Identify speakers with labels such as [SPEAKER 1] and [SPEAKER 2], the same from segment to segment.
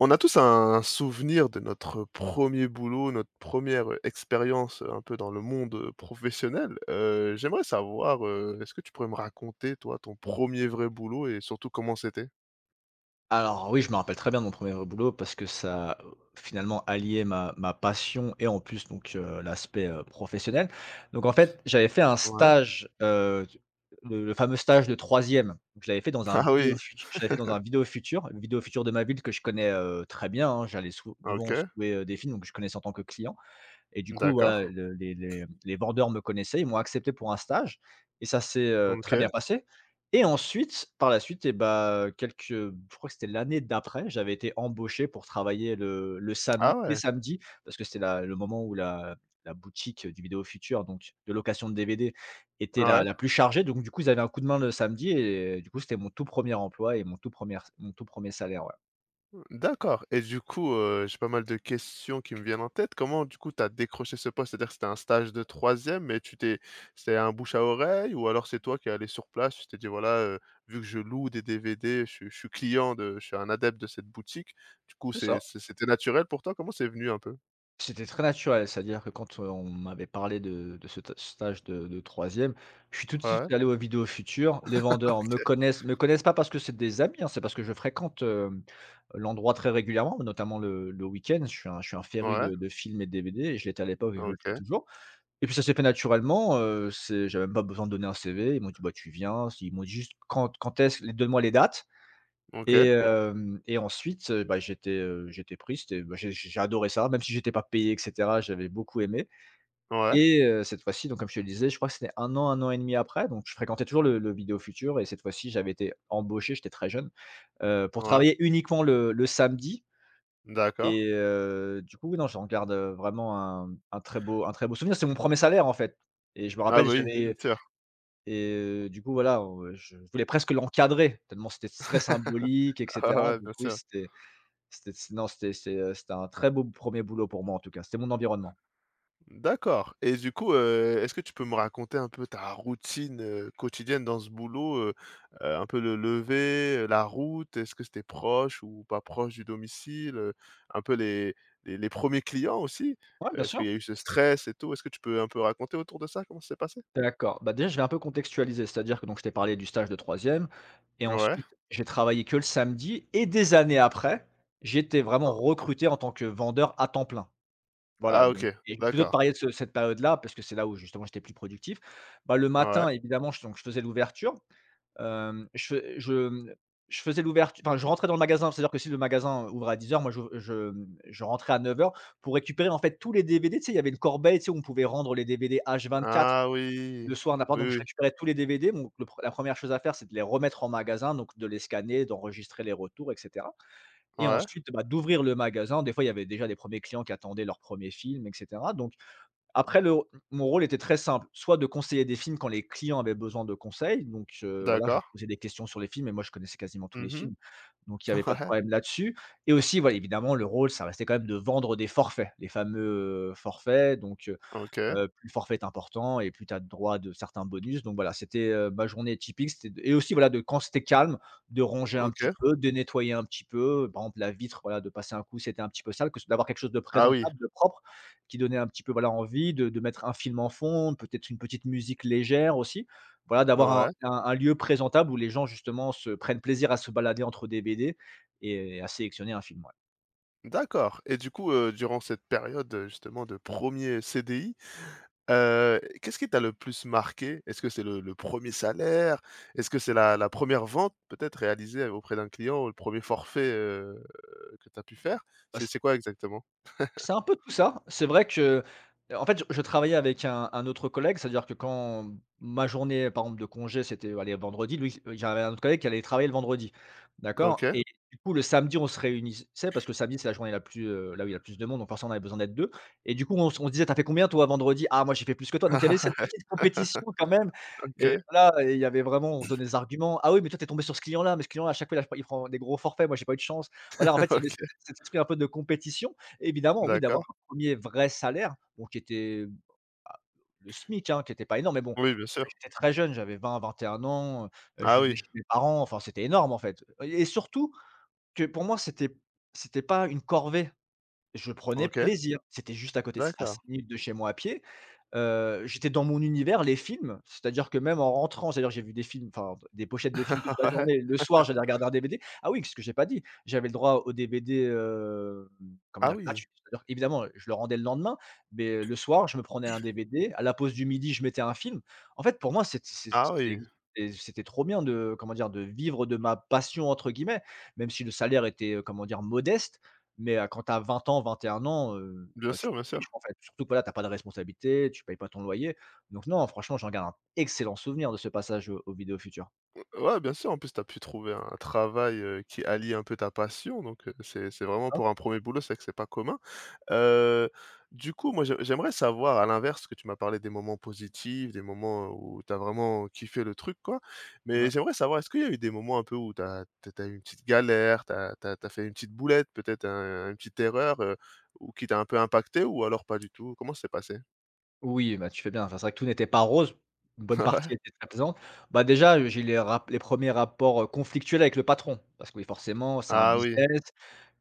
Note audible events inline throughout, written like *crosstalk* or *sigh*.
[SPEAKER 1] On a tous un souvenir de notre premier boulot, notre première, expérience, un peu dans le monde, professionnel. J'aimerais savoir, est-ce que tu pourrais me raconter, toi, ton premier vrai boulot et surtout comment c'était?
[SPEAKER 2] Alors oui, je me rappelle très bien de mon premier boulot parce que ça, finalement alliait ma passion et en plus donc l'aspect, professionnel. Donc en fait, j'avais fait un
[SPEAKER 1] Ouais.
[SPEAKER 2] stage, le fameux stage de troisième e. Je l'avais fait dans
[SPEAKER 1] *laughs*
[SPEAKER 2] un
[SPEAKER 1] Ah
[SPEAKER 2] Vidéo
[SPEAKER 1] oui!
[SPEAKER 2] Fut je l'avais fait dans un Vidéo Futur, Vidéo Futur de ma ville que je connais, très bien, hein. J'allais souvent
[SPEAKER 1] OK.
[SPEAKER 2] jouer des films, donc je connaissais en tant que client. Et du coup,
[SPEAKER 1] D'accord.
[SPEAKER 2] voilà, le les vendeurs me connaissaient, ils m'ont accepté pour un stage et ça s'est, très
[SPEAKER 1] OK.
[SPEAKER 2] bien passé. Et ensuite, par la suite et bah, quelques je crois que c'était l'année d'après, j'avais été embauché pour travailler le samedi,
[SPEAKER 1] Ah
[SPEAKER 2] tous les
[SPEAKER 1] ouais!
[SPEAKER 2] samedis, parce que c'était la le moment où la boutique du Vidéo Futur, donc de location de DVD était la
[SPEAKER 1] Ouais.
[SPEAKER 2] la plus chargée. Donc du coup, ils avaient un coup de main le samedi et du coup, c'était mon tout premier emploi et mon tout premier salaire, ouais.
[SPEAKER 1] D'accord et du coup, j'ai pas mal de questions qui me viennent en tête. Comment du coup tu as décroché ce poste? C'est-à-dire que c'était un stage de troisième, mais tu t'es c'était un bouche à oreille, ou alors c'est toi qui es allé sur place, tu t'es dit: «Voilà, vu que je loue des DVD, je suis client de je suis un adepte de cette boutique». Du coup,
[SPEAKER 2] C'est ça.
[SPEAKER 1] c'était naturel pour toi? Comment c'est venu un peu?
[SPEAKER 2] C'était très naturel, c'est-à-dire que quand, on m'avait parlé de ce ta stage de 3, je suis tout de suite
[SPEAKER 1] Ouais,
[SPEAKER 2] allé aux Vidéos Futur. Les vendeurs
[SPEAKER 1] OK,
[SPEAKER 2] me connaissent pas parce que c'est des amis, hein, c'est parce que je fréquente, l'endroit très régulièrement, notamment le week-end. Je suis un féru
[SPEAKER 1] ouais,
[SPEAKER 2] de films et de DVD et je l'étais à l'époque et je le suis
[SPEAKER 1] OK,
[SPEAKER 2] toujours et puis ça s'est fait naturellement, c'est j'avais même pas besoin de donner un CV. Ils m'ont dit: «Bah, tu viens». Ils m'ont dit juste: «Quand est-ce? Donne-moi les dates».
[SPEAKER 1] OK,
[SPEAKER 2] Et ensuite, bah, j'étais pris, j'ai adoré ça, même si j'étais pas payé et cetera, j'avais beaucoup aimé
[SPEAKER 1] ouais,
[SPEAKER 2] et cette fois-ci, donc comme je te le disais, je crois que c'était un an et demi après, donc je fréquentais toujours le Vidéo Futur et cette fois-ci, j'avais été embauché, j'étais très jeune, pour
[SPEAKER 1] ouais,
[SPEAKER 2] travailler uniquement le samedi
[SPEAKER 1] d'accord.
[SPEAKER 2] et du coup, oui, non, j'en garde, vraiment un très beau souvenir. C'est mon premier salaire, en fait et je me
[SPEAKER 1] Ah bah
[SPEAKER 2] rappelle,
[SPEAKER 1] oui, bien
[SPEAKER 2] j'avais
[SPEAKER 1] sûr.
[SPEAKER 2] et du coup, voilà, je voulais presque l'encadrer tellement c'était très
[SPEAKER 1] *laughs*
[SPEAKER 2] symbolique et
[SPEAKER 1] Ouais,
[SPEAKER 2] cetera,
[SPEAKER 1] ouais,
[SPEAKER 2] donc
[SPEAKER 1] bien
[SPEAKER 2] oui,
[SPEAKER 1] sûr.
[SPEAKER 2] c'est, c'était un très beau premier boulot pour moi, en tout cas. C'était mon environnement.
[SPEAKER 1] D'accord et du coup, est-ce que tu peux me raconter un peu ta routine, quotidienne dans ce boulot, un peu le lever, la route? Est-ce que c'était proche ou pas proche du domicile? Un peu les 1 clients aussi?
[SPEAKER 2] Ouais, bien
[SPEAKER 1] Est-ce qu'il
[SPEAKER 2] sûr.
[SPEAKER 1] y a eu ce stress et tout? Est-ce que tu peux un peu raconter autour de ça, comment ça s'est passé?
[SPEAKER 2] D'accord. Bah, déjà, je vais un peu contextualiser, c'est-à-dire que donc je t'ai parlé du stage de troisième, et
[SPEAKER 1] Ouais.
[SPEAKER 2] ensuite j'ai travaillé que le samedi et des années après, j'étais vraiment recruté en tant que vendeur à temps plein. Voilà,
[SPEAKER 1] Ah
[SPEAKER 2] donc
[SPEAKER 1] OK,
[SPEAKER 2] et je plutôt de
[SPEAKER 1] d'accord.
[SPEAKER 2] parler de ce cette période-là parce que c'est là où justement j'étais plus productif. Bah, le
[SPEAKER 1] Ouais.
[SPEAKER 2] matin évidemment, je faisais l'ouverture. Hem, je fais Je faisais l'ouverture. Enfin, je rentrais dans le magasin, c'est-à-dire que si le magasin ouvrait à 10 heures, moi je je rentrais à 9 heures pour récupérer en fait tous les DVD. Tu sais, il y avait une corbeille, tu sais, où on pouvait rendre les DVD H24
[SPEAKER 1] Ah oui.
[SPEAKER 2] le soir n'importe, donc
[SPEAKER 1] Oui,
[SPEAKER 2] je
[SPEAKER 1] oui.
[SPEAKER 2] récupérais tous les DVD. Donc le pre la première chose à faire, c'est de les remettre en magasin, donc de les scanner, d'enregistrer les retours et cetera et
[SPEAKER 1] Ouais.
[SPEAKER 2] ensuite, bah, d'ouvrir le magasin. Des fois, il y avait déjà des premiers clients qui attendaient leur 1er film et cetera, donc après le mon rôle était très simple, soit de conseiller des films quand les clients avaient besoin de conseils, donc voilà, je leur
[SPEAKER 1] D'accord.
[SPEAKER 2] posais des questions sur les films et moi je connaissais quasiment tous les
[SPEAKER 1] Mhm.
[SPEAKER 2] films, donc il n'y avait
[SPEAKER 1] *laughs*
[SPEAKER 2] pas de
[SPEAKER 1] Ouais.
[SPEAKER 2] problème là-dessus et aussi, voilà, évidemment, le rôle, ça restait quand même de vendre des forfaits, les fameux, forfaits, donc
[SPEAKER 1] OK.
[SPEAKER 2] plus le forfait est important et plus tu as droit de certains bonus. Donc voilà, c'était, ma journée typique, c'était de et aussi voilà, de quand c'était calme, de ronger un petit
[SPEAKER 1] OK.
[SPEAKER 2] peu, de nettoyer un petit peu, par exemple la vitre, voilà, de passer un coup. C'était un petit peu sale, que d'avoir quelque chose de
[SPEAKER 1] Ah oui.
[SPEAKER 2] présentable, de propre, qui donnait un petit peu, voilà, envie de mettre un film en fond, peut-être une petite musique légère aussi. Voilà, d'avoir un
[SPEAKER 1] Ouais.
[SPEAKER 2] un un lieu présentable où les gens justement se prennent plaisir à se balader entre des BD et à sélectionner un film,
[SPEAKER 1] D'accord et du coup, durant cette période, justement de 1er CDI, qu'est-ce qui t'a le plus marqué? Est-ce que c'est le 1 salaire? Est-ce que c'est la 1 vente peut-être réalisée auprès d'un client? Ou le premier forfait, que tu as pu faire? C'est
[SPEAKER 2] ouais.
[SPEAKER 1] c'est quoi exactement?
[SPEAKER 2] C'est un peu tout ça. C'est vrai que, en fait, je travaillais avec un autre collègue, c'est-à-dire que quand ma journée, par exemple, de congé, c'était, allez, vendredi, lui, j'avais un autre collègue qui allait travailler le vendredi, d'accord?
[SPEAKER 1] OK.
[SPEAKER 2] Et du coup, le samedi, on se réunissait parce que le samedi, c'est la journée la plus, là où il y a le plus de monde, donc forcément, on avait besoin d'être 2. Et du coup, on se disait: «T'as fait combien toi vendredi?» «Ah, moi, j'ai fait plus que toi», donc il y avait cette petite
[SPEAKER 1] *laughs*
[SPEAKER 2] compétition quand même et
[SPEAKER 1] OK,
[SPEAKER 2] voilà et il y avait vraiment on se donnait des arguments: «Ah oui, mais toi, t'es tombé sur ce client-là, mais ce client-là, à chaque fois, il prend des gros forfaits, moi, j'ai pas eu de chance». Voilà, en
[SPEAKER 1] *laughs*
[SPEAKER 2] fait, il y avait
[SPEAKER 1] OK,
[SPEAKER 2] cet esprit un peu de compétition. Évidemment, oui,
[SPEAKER 1] d'accord.
[SPEAKER 2] d'avoir un premier vrai salaire, bon qui était, bah, le SMIC, hein, qui était pas énorme, mais bon,
[SPEAKER 1] Oui, bien sûr.
[SPEAKER 2] j'étais très jeune, j'avais 20-21 ans, je
[SPEAKER 1] Ah
[SPEAKER 2] vivais
[SPEAKER 1] oui,
[SPEAKER 2] chez mes parents, enfin c'était énorme en fait. Et surtout que pour moi, c'était pas une corvée. Je prenais
[SPEAKER 1] OK,
[SPEAKER 2] plaisir. C'était juste à côté, c'était à
[SPEAKER 1] d'accord.
[SPEAKER 2] 5 minutes de chez moi à pied. J'étais dans mon univers, les films, c'est-à-dire que même en rentrant, c'est-à-dire j'ai vu des films, enfin des pochettes de films toute
[SPEAKER 1] *laughs*
[SPEAKER 2] la
[SPEAKER 1] Ouais.
[SPEAKER 2] journée. Le soir, j'allais regarder un DVD. Ah oui, ce que j'ai pas dit, j'avais le droit au DVD, comment
[SPEAKER 1] Ah
[SPEAKER 2] dire?
[SPEAKER 1] oui,
[SPEAKER 2] Gratuit. C'est-à-dire évidemment, je le rendais le lendemain, mais le soir, je me prenais un DVD. À la pause du midi, je mettais un film. En fait, pour moi,
[SPEAKER 1] ah oui,
[SPEAKER 2] c'était trop bien de, comment dire? De vivre de ma «passion» entre guillemets, même si le salaire était, comment dire? Modeste. Mais quand tu as 20 ans, 21 ans,
[SPEAKER 1] bien
[SPEAKER 2] bah, tu
[SPEAKER 1] sûr,
[SPEAKER 2] t'en
[SPEAKER 1] bien sûr.
[SPEAKER 2] fiches, en fait. Surtout que, voilà, tu as pas de responsabilité, tu payes pas ton loyer. Donc non, franchement, j'en garde un excellent souvenir de ce passage, au aux vidéos futures.
[SPEAKER 1] Ouais, bien sûr, en plus, tu as pu trouver un travail, qui allie un peu ta passion, donc c'est
[SPEAKER 2] Pour
[SPEAKER 1] vraiment
[SPEAKER 2] toi?
[SPEAKER 1] pour un premier boulot, c'est vrai que c'est pas commun. Heu, du coup, moi, j'aimerais savoir, à l'inverse, que tu m'as parlé des moments positifs, des moments où tu as vraiment kiffé le truc, quoi,
[SPEAKER 2] Ouais.
[SPEAKER 1] mais j'aimerais savoir, est-ce qu'il y a eu des moments un peu où tu as eu une petite galère, tu as fait une petite boulette, peut-être un une petite erreur, ou qui t'a un peu impacté ou alors pas du tout? Comment ça s'est passé?
[SPEAKER 2] Oui, bah, tu fais bien. Enfin, c'est vrai que tout n'était pas rose. Une
[SPEAKER 1] *laughs*
[SPEAKER 2] bonne partie
[SPEAKER 1] Ouais.
[SPEAKER 2] était très plaisante. Bah, déjà, j'ai les 1 rapports, conflictuels avec le patron. Parce que oui, forcément, c'est un
[SPEAKER 1] Ah oui.
[SPEAKER 2] business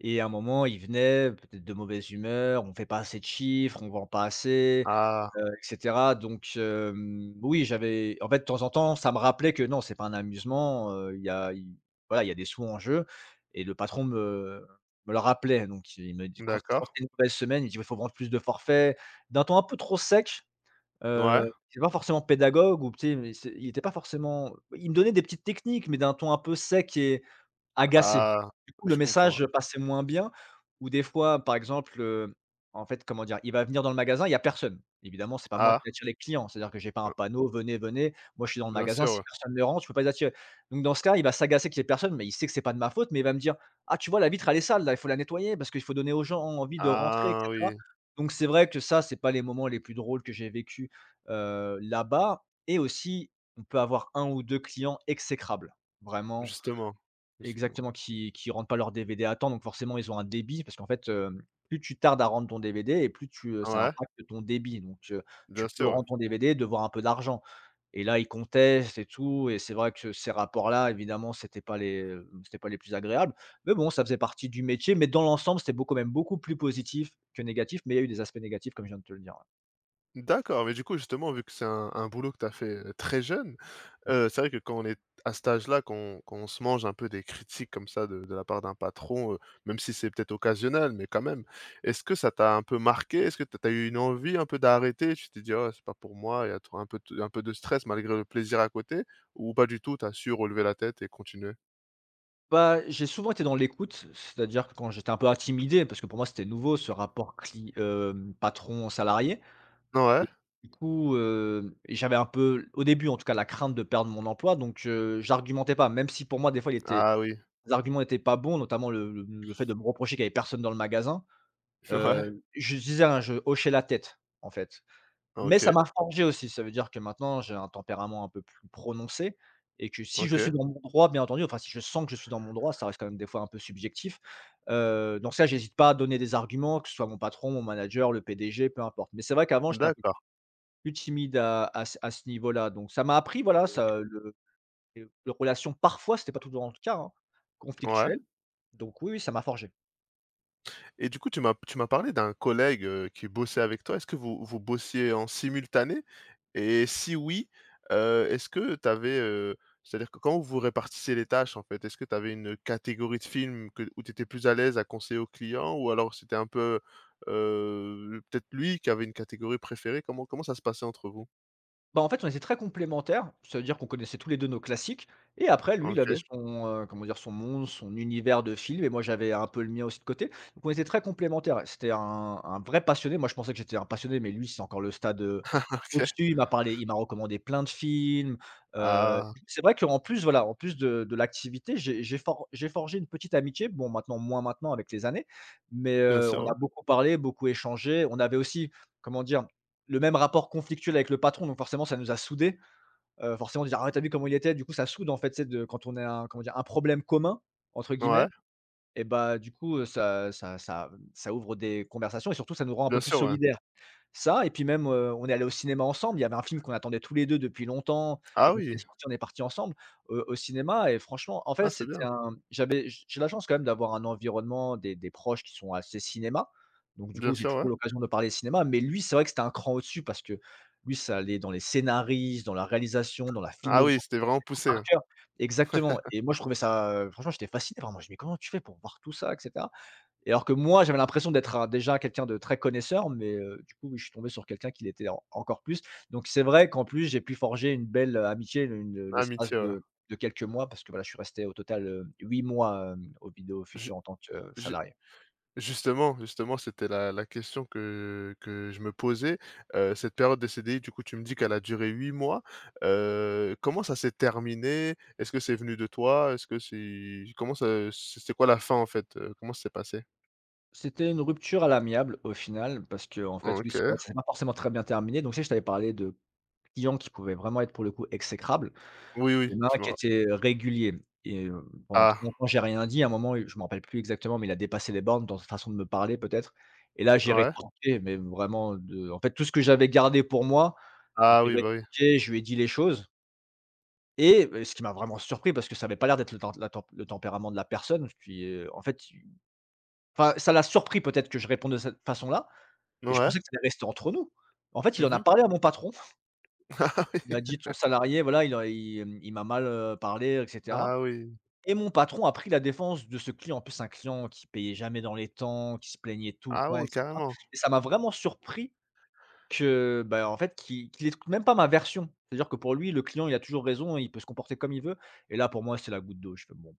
[SPEAKER 2] et à un moment, il venait peut-être de mauvaise humeur, on fait pas assez de chiffres, on vend pas assez.
[SPEAKER 1] Ah!
[SPEAKER 2] Et cetera. Donc, oui, j'avais en fait, de temps en temps, ça me rappelait que non, c'est pas un amusement, il y a il voilà, il y a des sous en jeu et le patron me le rappelait. Donc il me dit quand
[SPEAKER 1] D'accord.
[SPEAKER 2] c'était une mauvaise semaine, il dit: «Il faut vendre plus de forfaits». D'un ton un peu trop sec, heu,
[SPEAKER 1] Ouais.
[SPEAKER 2] c'est pas forcément pédagogue ou tu sais, mais c'est il était pas forcément il me donnait des petites techniques, mais d'un ton un peu sec. Agacé.
[SPEAKER 1] Ah!
[SPEAKER 2] Du coup, le
[SPEAKER 1] Je comprends.
[SPEAKER 2] message passait moins bien ou des fois, par exemple, en fait, comment dire? Il va venir dans le magasin, il y a personne. Évidemment, c'est pas moi
[SPEAKER 1] Ah!
[SPEAKER 2] qui attire les clients, c'est-à-dire que j'ai pas un
[SPEAKER 1] Heu,
[SPEAKER 2] panneau: «Venez, venez». Moi, je suis dans le
[SPEAKER 1] bien
[SPEAKER 2] magasin,
[SPEAKER 1] sûr,
[SPEAKER 2] si
[SPEAKER 1] ouais.
[SPEAKER 2] personne ne rentre, je peux pas les attirer. Donc dans ce cas, il va s'agacer qu'il y ait personne, mais il sait que c'est pas de ma faute, mais il va me dire: «Ah, tu vois, la vitre, elle est sale là, il faut la nettoyer parce qu'il faut donner aux gens envie de rentrer» et
[SPEAKER 1] Ah
[SPEAKER 2] cetera.
[SPEAKER 1] oui,
[SPEAKER 2] Donc c'est vrai que ça, c'est pas les moments les plus drôles que j'ai vécu, là-bas et aussi, on peut avoir un ou 2 clients exécrables. Vraiment
[SPEAKER 1] justement, justement.
[SPEAKER 2] Exactement, qui rendent pas leurs DVD à temps, donc forcément ils ont un débit parce qu'en fait, plus tu tardes à rendre ton DVD et plus ça
[SPEAKER 1] Ouais,
[SPEAKER 2] impacte ton débit, tu
[SPEAKER 1] bien
[SPEAKER 2] peux
[SPEAKER 1] sûr, ouais.
[SPEAKER 2] rendre ton DVD, devoir un peu d'argent et là, ils contestent et tout. Et c'est vrai que ces rapports-là, évidemment, c'était pas les plus agréables, mais bon, ça faisait partie du métier. Mais dans l'ensemble, c'était beau quand même beaucoup plus positif que négatif, mais il y a eu des aspects négatifs comme je viens de te le dire, ouais.
[SPEAKER 1] D'accord, mais du coup, justement, vu que c'est un boulot que tu as fait, très jeune, c'est vrai que quand on est à cet âge-là, qu'on se mange un peu des critiques comme ça de la part d'un patron, même si c'est peut-être occasionnel, mais quand même. Est-ce que ça t'a un peu marqué? Est-ce que tu as eu une envie un peu d'arrêter? Tu t'es dit: «Oh, c'est pas pour moi» et à toi un peu t un peu de stress malgré le plaisir à côté ou pas du tout, tu as su relever la tête et continuer?
[SPEAKER 2] Bah, j'ai souvent été dans l'écoute, c'est-à-dire que quand j'étais un peu intimidé, parce que pour moi, c'était nouveau ce rapport patron salarié. Et
[SPEAKER 1] Ouais.
[SPEAKER 2] du coup, j'avais un peu au début en tout cas la crainte de perdre mon emploi, j'argumentais pas, même si pour moi des fois il était
[SPEAKER 1] Ah oui.
[SPEAKER 2] les arguments n'étaient pas bons, notamment le fait de me reprocher qu'il y avait personne dans le magasin.
[SPEAKER 1] *laughs*
[SPEAKER 2] heu,
[SPEAKER 1] Ouais.
[SPEAKER 2] je disais rien, je hochais la tête en fait. Mais ça
[SPEAKER 1] OK.
[SPEAKER 2] m'a forgé aussi, ça veut dire que maintenant j'ai un tempérament un peu plus prononcé, et que si je suis
[SPEAKER 1] OK,
[SPEAKER 2] dans mon droit, bien entendu, enfin si je sens que je suis dans mon droit, ça reste quand même des fois un peu subjectif, dans ce j'hésite pas à donner des arguments, que ce soit mon patron, mon manager, le PDG, peu importe. Mais c'est vrai qu'avant j'étais un
[SPEAKER 1] d'accord,
[SPEAKER 2] plus timide à ce niveau-là, donc ça m'a appris, voilà,
[SPEAKER 1] OK,
[SPEAKER 2] ça, le les relations parfois, c'était pas toujours le cas, hein,
[SPEAKER 1] ouais.
[SPEAKER 2] conflictuelles, donc oui, oui, ça m'a forgé.
[SPEAKER 1] Et du coup, tu m'as parlé d'un collègue, qui bossait avec toi. Est-ce que vous bossiez en simultané? Et si oui, est-ce que tu avais, c'est-à-dire que comment vous répartissiez les tâches, en fait? Est-ce que tu avais une catégorie de films que où tu étais plus à l'aise à conseiller aux clients, ou alors c'était un peu, peut-être lui qui avait une catégorie préférée? Comment ça se passait entre vous?
[SPEAKER 2] Bah, en fait, on était très complémentaires, ça veut dire qu'on connaissait tous les 2 nos classiques, et après lui, il avait
[SPEAKER 1] OK,
[SPEAKER 2] son, comment dire? Son monde, son univers de films, et moi j'avais un peu le mien aussi de côté. Donc on était très complémentaires, c'était un vrai passionné. Moi, je pensais que j'étais un passionné, mais lui, c'est encore le stade,
[SPEAKER 1] *laughs* OK.
[SPEAKER 2] au-dessus. Il m'a recommandé plein de films, heu,
[SPEAKER 1] Ah,
[SPEAKER 2] c'est vrai qu'en plus, voilà, en plus de l'activité, j'ai forgé une petite amitié, bon maintenant moins maintenant avec les années, mais
[SPEAKER 1] bien
[SPEAKER 2] on
[SPEAKER 1] sûr,
[SPEAKER 2] a
[SPEAKER 1] ouais.
[SPEAKER 2] beaucoup parlé, beaucoup échangé. On avait aussi, comment dire? Le même rapport conflictuel avec le patron, donc forcément ça nous a soudés. Forcément dire: «Ah ouais, tu as vu comment il était?» Du coup ça soude en fait, tu de quand on a un, comment dire? Un «problème commun» entre guillemets,
[SPEAKER 1] Ouais,
[SPEAKER 2] et bah, du coup, ça ouvre des conversations, et surtout ça nous rend un peu
[SPEAKER 1] bien
[SPEAKER 2] plus
[SPEAKER 1] sûr, ouais.
[SPEAKER 2] solidaires. Ça, et puis même, on est allé au cinéma ensemble. Il y avait un film qu'on attendait tous les 2 depuis longtemps, et
[SPEAKER 1] Ah
[SPEAKER 2] quand il
[SPEAKER 1] oui,
[SPEAKER 2] est sorti, on est parti ensemble, au cinéma. Et franchement, en fait,
[SPEAKER 1] ah, c'est bien,
[SPEAKER 2] c'était un j'ai la chance quand même d'avoir un environnement, des proches qui sont assez cinéma. Donc du coup,
[SPEAKER 1] bien
[SPEAKER 2] j'ai
[SPEAKER 1] sûr, ouais.
[SPEAKER 2] toujours l'occasion de parler cinéma, mais lui, c'est vrai que c'était un cran au-dessus, parce que lui, ça allait dans les scénaristes, dans la réalisation, dans la
[SPEAKER 1] Ah
[SPEAKER 2] filmographie,
[SPEAKER 1] oui, c'était vraiment
[SPEAKER 2] il tout
[SPEAKER 1] poussé,
[SPEAKER 2] par
[SPEAKER 1] hein.
[SPEAKER 2] cœur. Exactement, et moi, je trouvais ça, franchement, j'étais fasciné par moi. Je me dis: «Mais comment tu fais pour voir tout ça?» et cetera. Et alors que moi, j'avais l'impression d'être déjà quelqu'un de très connaisseur, mais du coup, oui, je suis tombé sur quelqu'un qui l'était encore plus. Donc, c'est vrai qu'en plus, j'ai pu forger une belle amitié l'espace
[SPEAKER 1] Amitié, ouais.
[SPEAKER 2] de quelques mois, parce que voilà, je suis resté au total 8 mois au Vidéo
[SPEAKER 1] Ju
[SPEAKER 2] Futur en tant que
[SPEAKER 1] ju
[SPEAKER 2] salarié.
[SPEAKER 1] justement c'était la la question que je me posais. Cette période des CDI, du coup, tu me dis qu'elle a duré 8 mois. Comment ça s'est terminé? Est-ce que c'est venu de toi? Est-ce que c'est comment ça c'est quoi la fin, en fait, comment ça s'est passé?
[SPEAKER 2] C'était une rupture à l'amiable au final, parce que en fait, oui, c'est vrai,
[SPEAKER 1] OK.
[SPEAKER 2] c'est pas forcément très bien terminé. Donc, tu sais, je t'avais parlé de clients qui pouvaient vraiment être pour le coup exécrables.
[SPEAKER 1] Oui, oui,
[SPEAKER 2] Il y en a un
[SPEAKER 1] je me
[SPEAKER 2] qui
[SPEAKER 1] ra
[SPEAKER 2] était régulier, et pendant
[SPEAKER 1] ah,
[SPEAKER 2] très longtemps, j'ai rien dit. À un moment, je me rappelle plus exactement, mais il a dépassé les bornes dans sa façon de me parler peut-être, et là, j'ai
[SPEAKER 1] ouais.
[SPEAKER 2] rétorqué, mais vraiment de en fait, tout ce que j'avais gardé pour moi, j'ai
[SPEAKER 1] Ah oui, bah, oui.
[SPEAKER 2] rétorqué, je lui ai dit les choses. Ce qui m'a vraiment surpris, parce que ça avait pas l'air d'être le tempérament de la personne qui, en fait, enfin, ça l'a surpris peut-être que je réponde de cette façon-là, et je
[SPEAKER 1] Ouais.
[SPEAKER 2] pensais que ça allait rester entre nous. En fait, il en a
[SPEAKER 1] Mmh.
[SPEAKER 2] parlé à mon patron. Il m'a dit:
[SPEAKER 1] *laughs*
[SPEAKER 2] «Ton salarié, voilà, il m'a mal, parlé et cetera».
[SPEAKER 1] Ah oui. Ah oui.
[SPEAKER 2] Et mon patron a pris la défense de ce client. En plus, un client qui payait jamais dans les temps, qui se plaignait tout le
[SPEAKER 1] Ah
[SPEAKER 2] temps
[SPEAKER 1] oui,
[SPEAKER 2] et cetera,
[SPEAKER 1] carrément.
[SPEAKER 2] et ça m'a vraiment surpris que, bah, en fait, qu'il écoute même pas ma version. C'est-à-dire que pour lui, le client, il a toujours raison, il peut se comporter comme il veut. Et là, pour moi, c'est la goutte d'eau. Je fais: «Bon».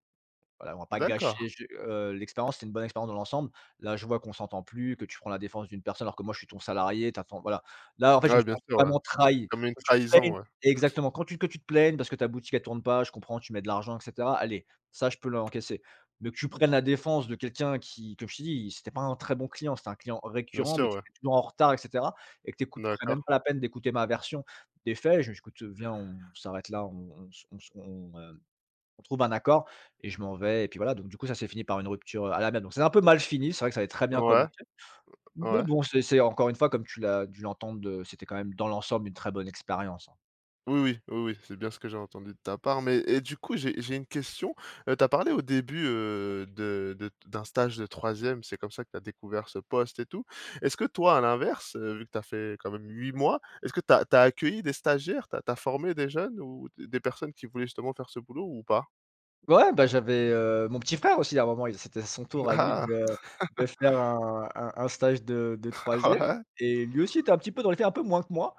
[SPEAKER 2] Voilà, on va pas
[SPEAKER 1] D'accord.
[SPEAKER 2] gâcher je l'expérience, c'est une bonne expérience dans l'ensemble. Là, je vois qu'on s'entend plus, que tu prends la défense d'une personne alors que moi je suis ton salarié, tu voilà. Là, en fait, je me
[SPEAKER 1] Ouais, bien
[SPEAKER 2] sens
[SPEAKER 1] sûr, ouais.
[SPEAKER 2] vraiment trahi.
[SPEAKER 1] Comme une
[SPEAKER 2] Quand tu te plaignes
[SPEAKER 1] trahison, ouais.
[SPEAKER 2] exactement, quand tu te plaignes parce que ta boutique elle tourne pas, je comprends, tu mets de l'argent et cetera, allez, ça je peux l'encaisser. Mais que tu prennes la défense de quelqu'un qui, comme je t'ai dit, c'était pas un très bon client, c'était un client
[SPEAKER 1] Bien
[SPEAKER 2] récurrent,
[SPEAKER 1] sûr,
[SPEAKER 2] mais qui
[SPEAKER 1] ouais.
[SPEAKER 2] était toujours en retard et cetera, et que tu écoutes prennes
[SPEAKER 1] D'accord.
[SPEAKER 2] même pas la peine d'écouter ma version des faits. Je me dis: «Écoute, viens, on s'arrête là, on» On trouve un accord et je m'en vais, et puis voilà, donc du coup, ça s'est fini par une rupture, à l'amiable. Donc c'est un peu mal fini, c'est vrai que ça avait très bien
[SPEAKER 1] Ouais,
[SPEAKER 2] commencé, mais
[SPEAKER 1] ouais.
[SPEAKER 2] bon, c'est encore une fois comme tu l'as dû l'entendre, c'était quand même dans l'ensemble une très bonne expérience, hein.
[SPEAKER 1] Oui, oui, oui, oui, c'est bien ce que j'ai entendu de ta part. Mais et du coup, j'ai une question. Tu as parlé au début, de d'un stage de troisième. C'est comme ça que tu as découvert ce poste et tout. Est-ce que toi, à l'inverse, vu que tu as fait quand même 8 mois, est-ce que tu as accueilli des stagiaires? Tu as formé des jeunes ou d des personnes qui voulaient justement faire ce boulot ou pas?
[SPEAKER 2] Ouais, bah, j'avais, mon petit frère aussi à un moment, il c'était son tour à lui
[SPEAKER 1] *laughs*
[SPEAKER 2] de faire un stage de
[SPEAKER 1] Ah!
[SPEAKER 2] 3e,
[SPEAKER 1] Ouais,
[SPEAKER 2] et lui aussi était un petit peu dans les faits un peu moins que moi.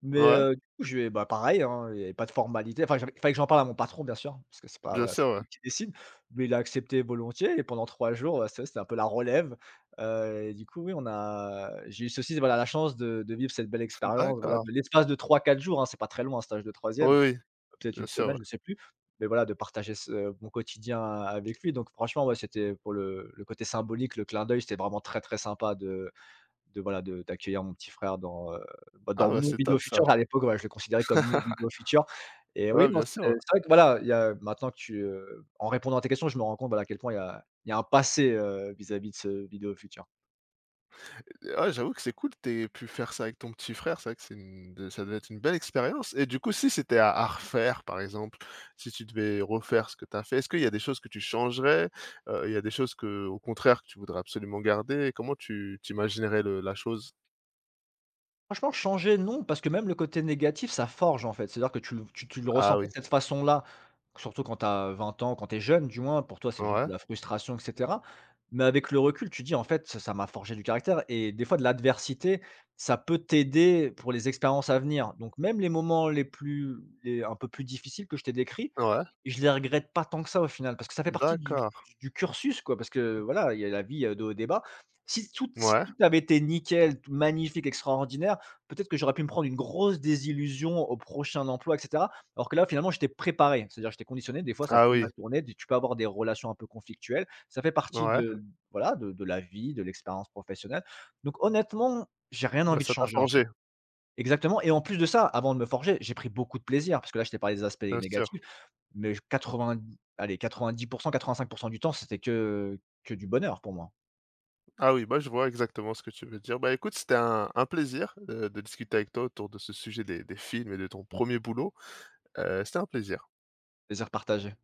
[SPEAKER 2] Mais
[SPEAKER 1] ouais,
[SPEAKER 2] du coup, je vais bah, pareil, hein, il y avait pas de formalité, enfin, j'avais il fallait que j'en parle à mon patron, bien sûr, parce que c'est pas
[SPEAKER 1] bien
[SPEAKER 2] voilà, c'est
[SPEAKER 1] sûr,
[SPEAKER 2] pas
[SPEAKER 1] ouais.
[SPEAKER 2] moi qui décide, mais il a accepté volontiers. Et pendant 3 jours, c'était un peu la relève, et du coup, oui, on a j'ai eu ceci voilà, la chance de vivre cette belle expérience, voilà,
[SPEAKER 1] D'accord.
[SPEAKER 2] de l'espace de 3 ou 4 jours, hein, c'est pas très loin un stage de
[SPEAKER 1] Oui,
[SPEAKER 2] troisième,
[SPEAKER 1] oui,
[SPEAKER 2] peut-être une
[SPEAKER 1] bien sûr,
[SPEAKER 2] semaine,
[SPEAKER 1] ouais.
[SPEAKER 2] je sais plus, mais voilà, de partager ce mon quotidien avec lui. Donc franchement, ouais, c'était pour le côté symbolique, le clin d'œil, c'était vraiment très, très sympa de voilà, de d'accueillir mon petit frère dans, bah,
[SPEAKER 1] Ah,
[SPEAKER 2] dans
[SPEAKER 1] bah,
[SPEAKER 2] mon
[SPEAKER 1] c'est
[SPEAKER 2] Vidéo
[SPEAKER 1] top ça.
[SPEAKER 2] Future. À l'époque, voilà, je le considérais comme mon
[SPEAKER 1] *laughs*
[SPEAKER 2] Vidéo Future. Et oui,
[SPEAKER 1] Ouais,
[SPEAKER 2] non,
[SPEAKER 1] bien sûr,
[SPEAKER 2] c'est
[SPEAKER 1] ouais.
[SPEAKER 2] c'est vrai que voilà, il y a maintenant que en répondant à tes questions, je me rends compte, voilà, à quel point il y a un passé, vis-à-vis de ce Vidéo Future.
[SPEAKER 1] Ah ouais, j'avoue que c'est cool, tu pu faire ça avec ton petit frère, c'est vrai que c'est une de ça devait être une belle expérience. Et du coup, si c'était à refaire, par exemple, si tu devais refaire ce que t'as fait, est-ce qu'il y a des choses que tu changerais? Il y a des choses que au contraire que tu voudrais absolument garder? Comment tu t'imaginerais le la chose?
[SPEAKER 2] Franchement, changer non, parce que même le côté négatif, ça forge, en fait. C'est-à-dire que tu le ressens
[SPEAKER 1] Ah
[SPEAKER 2] pas
[SPEAKER 1] oui,
[SPEAKER 2] de cette façon-là, surtout quand tu as 20 ans, quand tu es jeune du moins, pour toi, c'est juste
[SPEAKER 1] ouais,
[SPEAKER 2] de la frustration et cetera. Mais avec le recul, tu dis: «En fait, ça m'a forgé du caractère» et des fois de l'adversité, ça peut t'aider pour les expériences à venir. Donc même les moments les un peu plus difficiles que je t'ai décrits,
[SPEAKER 1] ouais,
[SPEAKER 2] je les regrette pas tant que ça au final, parce que ça fait partie du
[SPEAKER 1] d'accord,
[SPEAKER 2] du du cursus quoi, parce que voilà, il y a la vie, il y a des. Si
[SPEAKER 1] ouais,
[SPEAKER 2] tout avait été nickel, tout magnifique, extraordinaire, peut-être que j'aurais pu me prendre une grosse désillusion au prochain emploi et cetera. Alors que là, finalement, j'étais préparé, c'est-à-dire j'étais conditionné, des fois ça
[SPEAKER 1] ah
[SPEAKER 2] peut mal
[SPEAKER 1] oui,
[SPEAKER 2] tourner, tu peux avoir des relations un peu conflictuelles, ça fait partie
[SPEAKER 1] ouais,
[SPEAKER 2] de voilà, de la vie, de l'expérience professionnelle. Donc honnêtement, j'ai rien
[SPEAKER 1] bah,
[SPEAKER 2] envie de
[SPEAKER 1] ça t'a
[SPEAKER 2] changer en fait.
[SPEAKER 1] forgé,
[SPEAKER 2] Exactement, et en plus de ça, avant de me forger, j'ai pris beaucoup de plaisir, parce que là, je t'ai parlé des aspects
[SPEAKER 1] bien sûr.
[SPEAKER 2] négatifs. Mais j 80, allez 90, 85 du temps, c'était que du bonheur pour moi,
[SPEAKER 1] Ah oui, bah, je vois exactement ce que tu veux dire. Bah, écoute, c'était un plaisir, de discuter avec toi autour de ce sujet des films et de ton premier boulot. C'était un plaisir.
[SPEAKER 2] plaisir partagé.